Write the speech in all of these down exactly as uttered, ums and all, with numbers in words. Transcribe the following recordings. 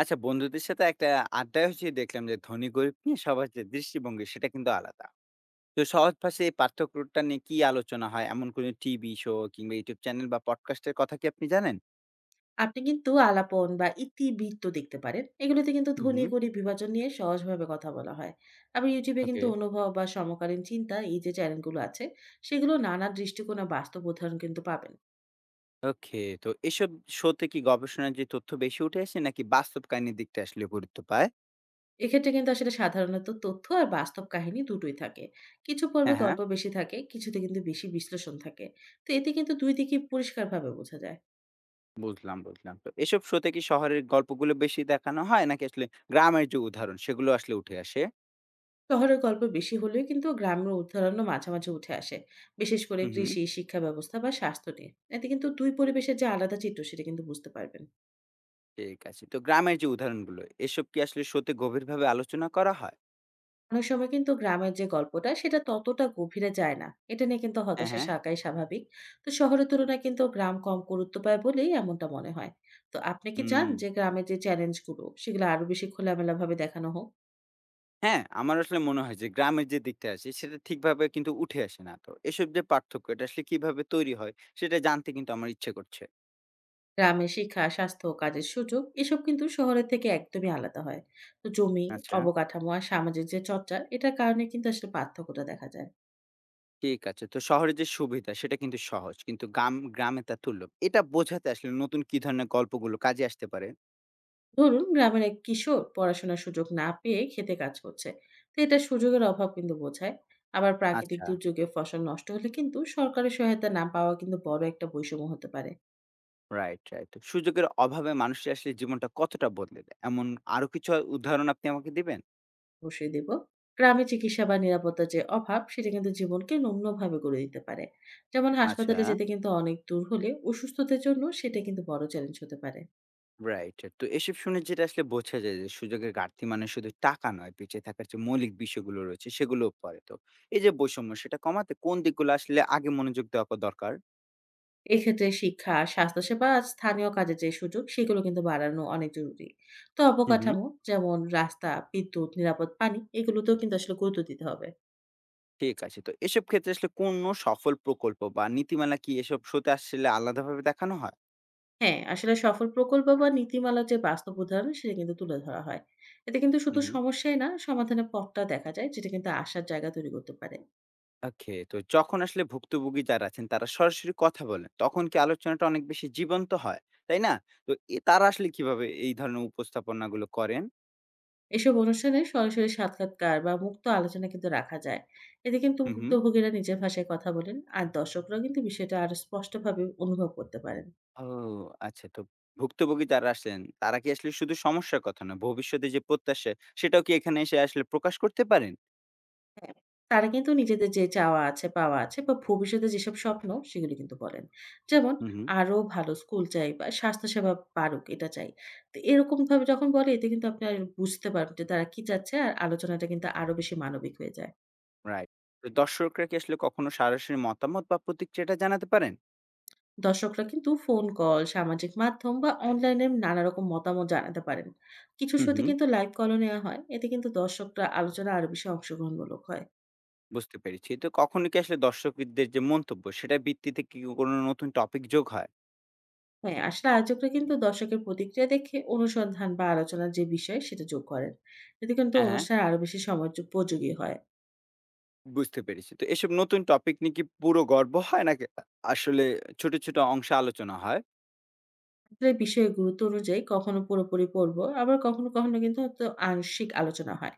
আচ্ছা বন্ধুদের সাথে একটা আড্ডায় হচ্ছে দেখলাম যে ধনী গরিব নিয়ে সবার যে দৃষ্টিভঙ্গি সেটা কিন্তু আলাদা। তো সহজ ভাষায় এই পার্থক্যটা নিয়ে কি আলোচনা হয়, এমন কোনো টিভি শো কিংবা ইউটিউব চ্যানেল বা পডকাস্টের কথা কি আপনি জানেন? আপনি কিন্তু আলাপন বা ইতিবৃত্ত দেখতে পারেন। এগুলোতে কিন্তু ধনী হুম। গরিব বিভাজন নিয়ে সহজভাবে কথা বলা হয়। আবার YouTube এ কিন্তু ওকে। অনুভব বা সমকালীন চিন্তা এই যে চ্যানেলগুলো আছে, সেগুলো নানা দৃষ্টিকোণ আর বাস্তব উদাহরণ কিন্তু পাবেন। ওকে। তো এসব শোতে কি গবেষণার যে তথ্য বেশি উঠে আসে নাকি বাস্তব কাহিনীর দিকটা আসলে গুরুত্ব পায়? এক্ষেত্রে কিন্তু আসলে সাধারণত তথ্য আর বাস্তব কাহিনী দুটোই থাকে। কিছু পর্বে হ্যাঁ, হ্যাঁ। গল্প বেশি থাকে, কিছুতে কিন্তু বেশি বিশ্লেষণ থাকে। তো এতে কিন্তু দুই দিকই পরিষ্কারভাবে বোঝা যায়। বুঝলাম বুঝলাম তো এসব শোতে কি শহরের গল্পগুলো বেশি দেখানো হয় নাকি আসলে গ্রামের যে উদাহরণ সেগুলো আসলে উঠে আসে? শহরের গল্প বেশি হলেও কিন্তু গ্রামের উদাহরণও মাঝে মাঝে উঠে আসে, বিশেষ করে হুম। কৃষি শিক্ষা ব্যবস্থা বা স্বাস্থ্য নিয়ে। এতে কিন্তু দুই পরিবেশের যে আলাদা চিত্র সেটা কিন্তু বুঝতে পারবেন। ঠিক আছে। তো গ্রামের যে উদাহরণগুলো, এসব কি আসলে শোতে গভীরভাবে আলোচনা করা হয়? অনেক সময় কিন্তু গ্রামের যে গল্পটা সেটা ততটা গভীরে যায় না, এটা নিয়ে কিন্তু হ্যাঁ, হতাশা হ্যাঁ। থাকাই স্বাভাবিক। তো শহরের তুলনায় কিন্তু গ্রাম কম গুরুত্ব পায় বলেই এমনটা মনে হয়। তো আপনি কি চান হুম। যে গ্রামের যে চ্যালেঞ্জগুলো সেগুলো আরো বেশি খোলামেলা ভাবে দেখানো হোক? হ্যাঁ, আমার আসলে মনে হয় যে গ্রামের যে দিকটা আছে সেটা ঠিকভাবে কিন্তু উঠে আসে না। তো এসব যে পার্থক্য এটা আসলে কিভাবে তৈরি হয় সেটা জানতে কিন্তু আমার ইচ্ছে করছে। গ্রামের শিক্ষা, স্বাস্থ্য ও কাজের সুযোগ এসব কিন্তু শহরের থেকে একদমই আলাদা হয়। তো জমি, আচ্ছা। অবকাঠামো আর সামাজিক যে চর্চা এটার কারণে কিন্তু আসলে পার্থক্যটা দেখা যায়। ঠিক আছে। তো শহরের যে সুবিধা সেটা কিন্তু সহজ। কিন্তু গাম গ্রামে তা দুর্লভ। এটা বোঝাতে আসলে নতুন কি ধরনের গল্পগুলো কাজে আসতে পারে? ধরুন গ্রামের এক কিশোর পড়াশোনার সুযোগ না পেয়ে খেতে কাজ করছে। তো এটা সুযোগের অভাব কিন্তু বোঝায়। আবার প্রাকৃতিক আচ্ছা। দুর্যোগে ফসল নষ্ট হলে কিন্তু সরকারি সহায়তা না পাওয়া কিন্তু বড় একটা বৈষম্য হতে পারে। Right, right. তো সুযোগের অভাবে মানুষের আসলে জীবনটা কতটা বদলে দেয়? এমন আরো কিছু উদাহরণ আপনি আমাকে দিবেন? অবশ্যই দেব। গ্রামে চিকিৎসা বা নিরাপত্তার যে অভাব, সেটা কিন্তু জীবনকে নিম্নভাবে গড়ে দিতে পারে। যেমন আচ্ছা। হাসপাতালে যেতে কিন্তু অনেক দূর হলে অসুস্থতার জন্য সেটা কিন্তু বড় চ্যালেঞ্জ হতে পারে। রাইট। তো এসব শুনে যেটা আসলে বোঝা যায় যে সুযোগের ঘাটতি মানে শুধু টাকা নয়, পিঁচে থাকার যে মৌলিক বিষয়গুলো রয়েছে সেগুলোও পড়ে। তো এই যে বৈষম্য সেটা কমাতে কোন দিকগুলো আসলে আগে মনোযোগ দেওয়া ক দরকার? এক্ষেত্রে শিক্ষা, স্বাস্থ্যসেবা আর স্থানীয় কাজের যে সুযোগ, সেগুলো কিন্তু বাড়ানো অনেক জরুরি। তো হুম, হুম। অবকাঠামো যেমন রাস্তা, বিদ্যুৎ, নিরাপদ পানি এগুলোতেও কিন্তু আসলে গুরুত্ব দিতে হবে। ঠিক আছে। তো এসব ক্ষেত্রে আসলে কোনো সফল প্রকল্প বা নীতিমালা কি এসব শোতে আসলে আলাদাভাবে দেখানো হয়? হ্যাঁ, আসলে সফল প্রকল্প বা নীতিমালার যে বাস্তব উদাহরণ, সেটা কিন্তু তুলে ধরা হয়। এতে কিন্তু হুম, শুধু হুম। সমস্যাই না, সমাধানের পথটা দেখা যায়, যেটা কিন্তু আশার জায়গা তৈরি করতে পারে। ওকে। তো যখন আসলে ভুক্তভোগী যারা আছেন তারা সরাসরি কথা বলেন, তখন কি আলোচনাটা অনেক বেশি জীবন্ত হয়, তাই না? তো এ তারা আসলে কিভাবে এই ধরনের উপস্থাপনাগুলো করেন? এসব অনুষ্ঠানে সরাসরি সাক্ষাৎকার বা মুক্ত আলোচনা কিন্তু রাখা যায়। এতে কিন্তু হুম, হুম। ভুক্তভোগীরা নিজের ভাষায় কথা বলেন, আর দর্শকরাও কিন্তু বিষয়টা আরো স্পষ্টভাবে অনুভব করতে পারেন। ও আচ্ছা। তো ভুক্তভোগী যারা আসলেন, তারা কি আসলে শুধু সমস্যার কথা না, ভবিষ্যতে যে প্রত্যাশা সেটাও কি এখানে এসে আসলে প্রকাশ করতে পারেন? হ্যাঁ, তারা কিন্তু নিজেদের যে চাওয়া আছে, পাওয়া আছে বা ভবিষ্যতে যেসব স্বপ্ন সেগুলো কিন্তু বলেন। যেমন হু, হু। আরো ভালো স্কুল চাই বা স্বাস্থ্যসেবা বাড়ুক এটা চাই। তো এরকমভাবে যখন বলে এতে কিন্তু আপনি আর বুঝতে পারবেন যে তারা কি চাচ্ছে, আর আলোচনাটা কিন্তু আরো বেশি মানবিক হয়ে যায়। রাইট। তো দর্শকরা কি আসলে কখনো সরাসরি মতামত বা প্রতিক্রিয়াটা জানাতে পারেন? দর্শকরা কিন্তু ফোন কল, সামাজিক মাধ্যম বা অনলাইনে নানা রকম মতামত জানাতে পারেন। কিছু হু, শোতে হু। কিন্তু লাইভ কলও নেওয়া হয়। এতে কিন্তু দর্শকরা আলোচনা আরো বেশি অংশগ্রহণমূলক হয়। বুঝতে পেরেছি। তো কখনো কি আসলে দর্শকদের যে মন্তব্য সেটার ভিত্তিতে কি কোনো নতুন টপিক যোগ হয়? হ্যাঁ, আসলে আয়োজকরা কিন্তু দর্শকের প্রতিক্রিয়া দেখে অনুসন্ধান বা আলোচনার যে বিষয় সেটা যোগ করেন। এতে কিন্তু হ্যাঁ, হ্যাঁ। অনুষ্ঠান আরো বেশি সময়োপযোগী হয়। বুঝতে পেরেছি। তো এসব নতুন টপিক নিয়ে কি পুরো গল্প হয় নাকি আ আসলে ছোট, ছোট অংশে আলোচনা হয়? আসলে বিষয়ের গুরুত্ব অনুযায়ী কখনো পুরোপুরি পর্ব, আবার কখনো, কখনো কিন্তু তো আংশিক আলোচনা হয়।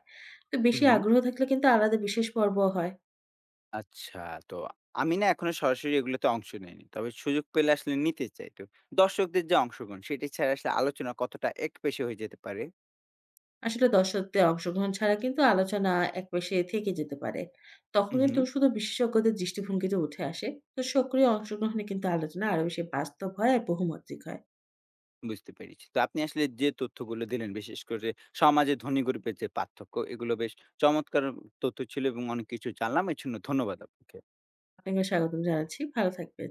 তো হু, বেশি হু। আগ্রহ থাকলে কিন্তু আলাদা বিশেষ পর্বও হয়। আচ্ছা, তো আমি না এখনো সরাসরি এগুলোতে অংশ নেইনি। তবে সুযোগ পেলে আসলে নিতে চাই। তো দর্শকদের যে অংশগ্রহণ সেটি ছাড়া আসলে আলোচনা কতটা একপেশে হয়ে যেতে পারে? আসলে দর্শকদের অংশগ্রহণ ছাড়া কিন্তু আলোচনা একপাশে থেকে যেতে পারে। তখন হুম, কিন্তু হুম। শুধু বিশেষজ্ঞদের দৃষ্টিভঙ্গিতে উঠে আসে। তো সক্রিয় অংশগ্রহণে কিন্তু আলোচনা আরো বেশি বাস্তব হয় আর বহুমাত্রিক হয়। বুঝতে পেরেছি। তো আপনি আসলে যে তথ্যগুলো দিলেন বিশেষ করে সমাজে ধনী গরিবের যে পার্থক্য এগুলো বেশ চমৎকার তথ্য ছিল এবং অনেক কিছু জানলাম। এর জন্য ধন্যবাদ আপনাকে। আপনাকে স্বাগতম জানাচ্ছি। ভালো থাকবেন।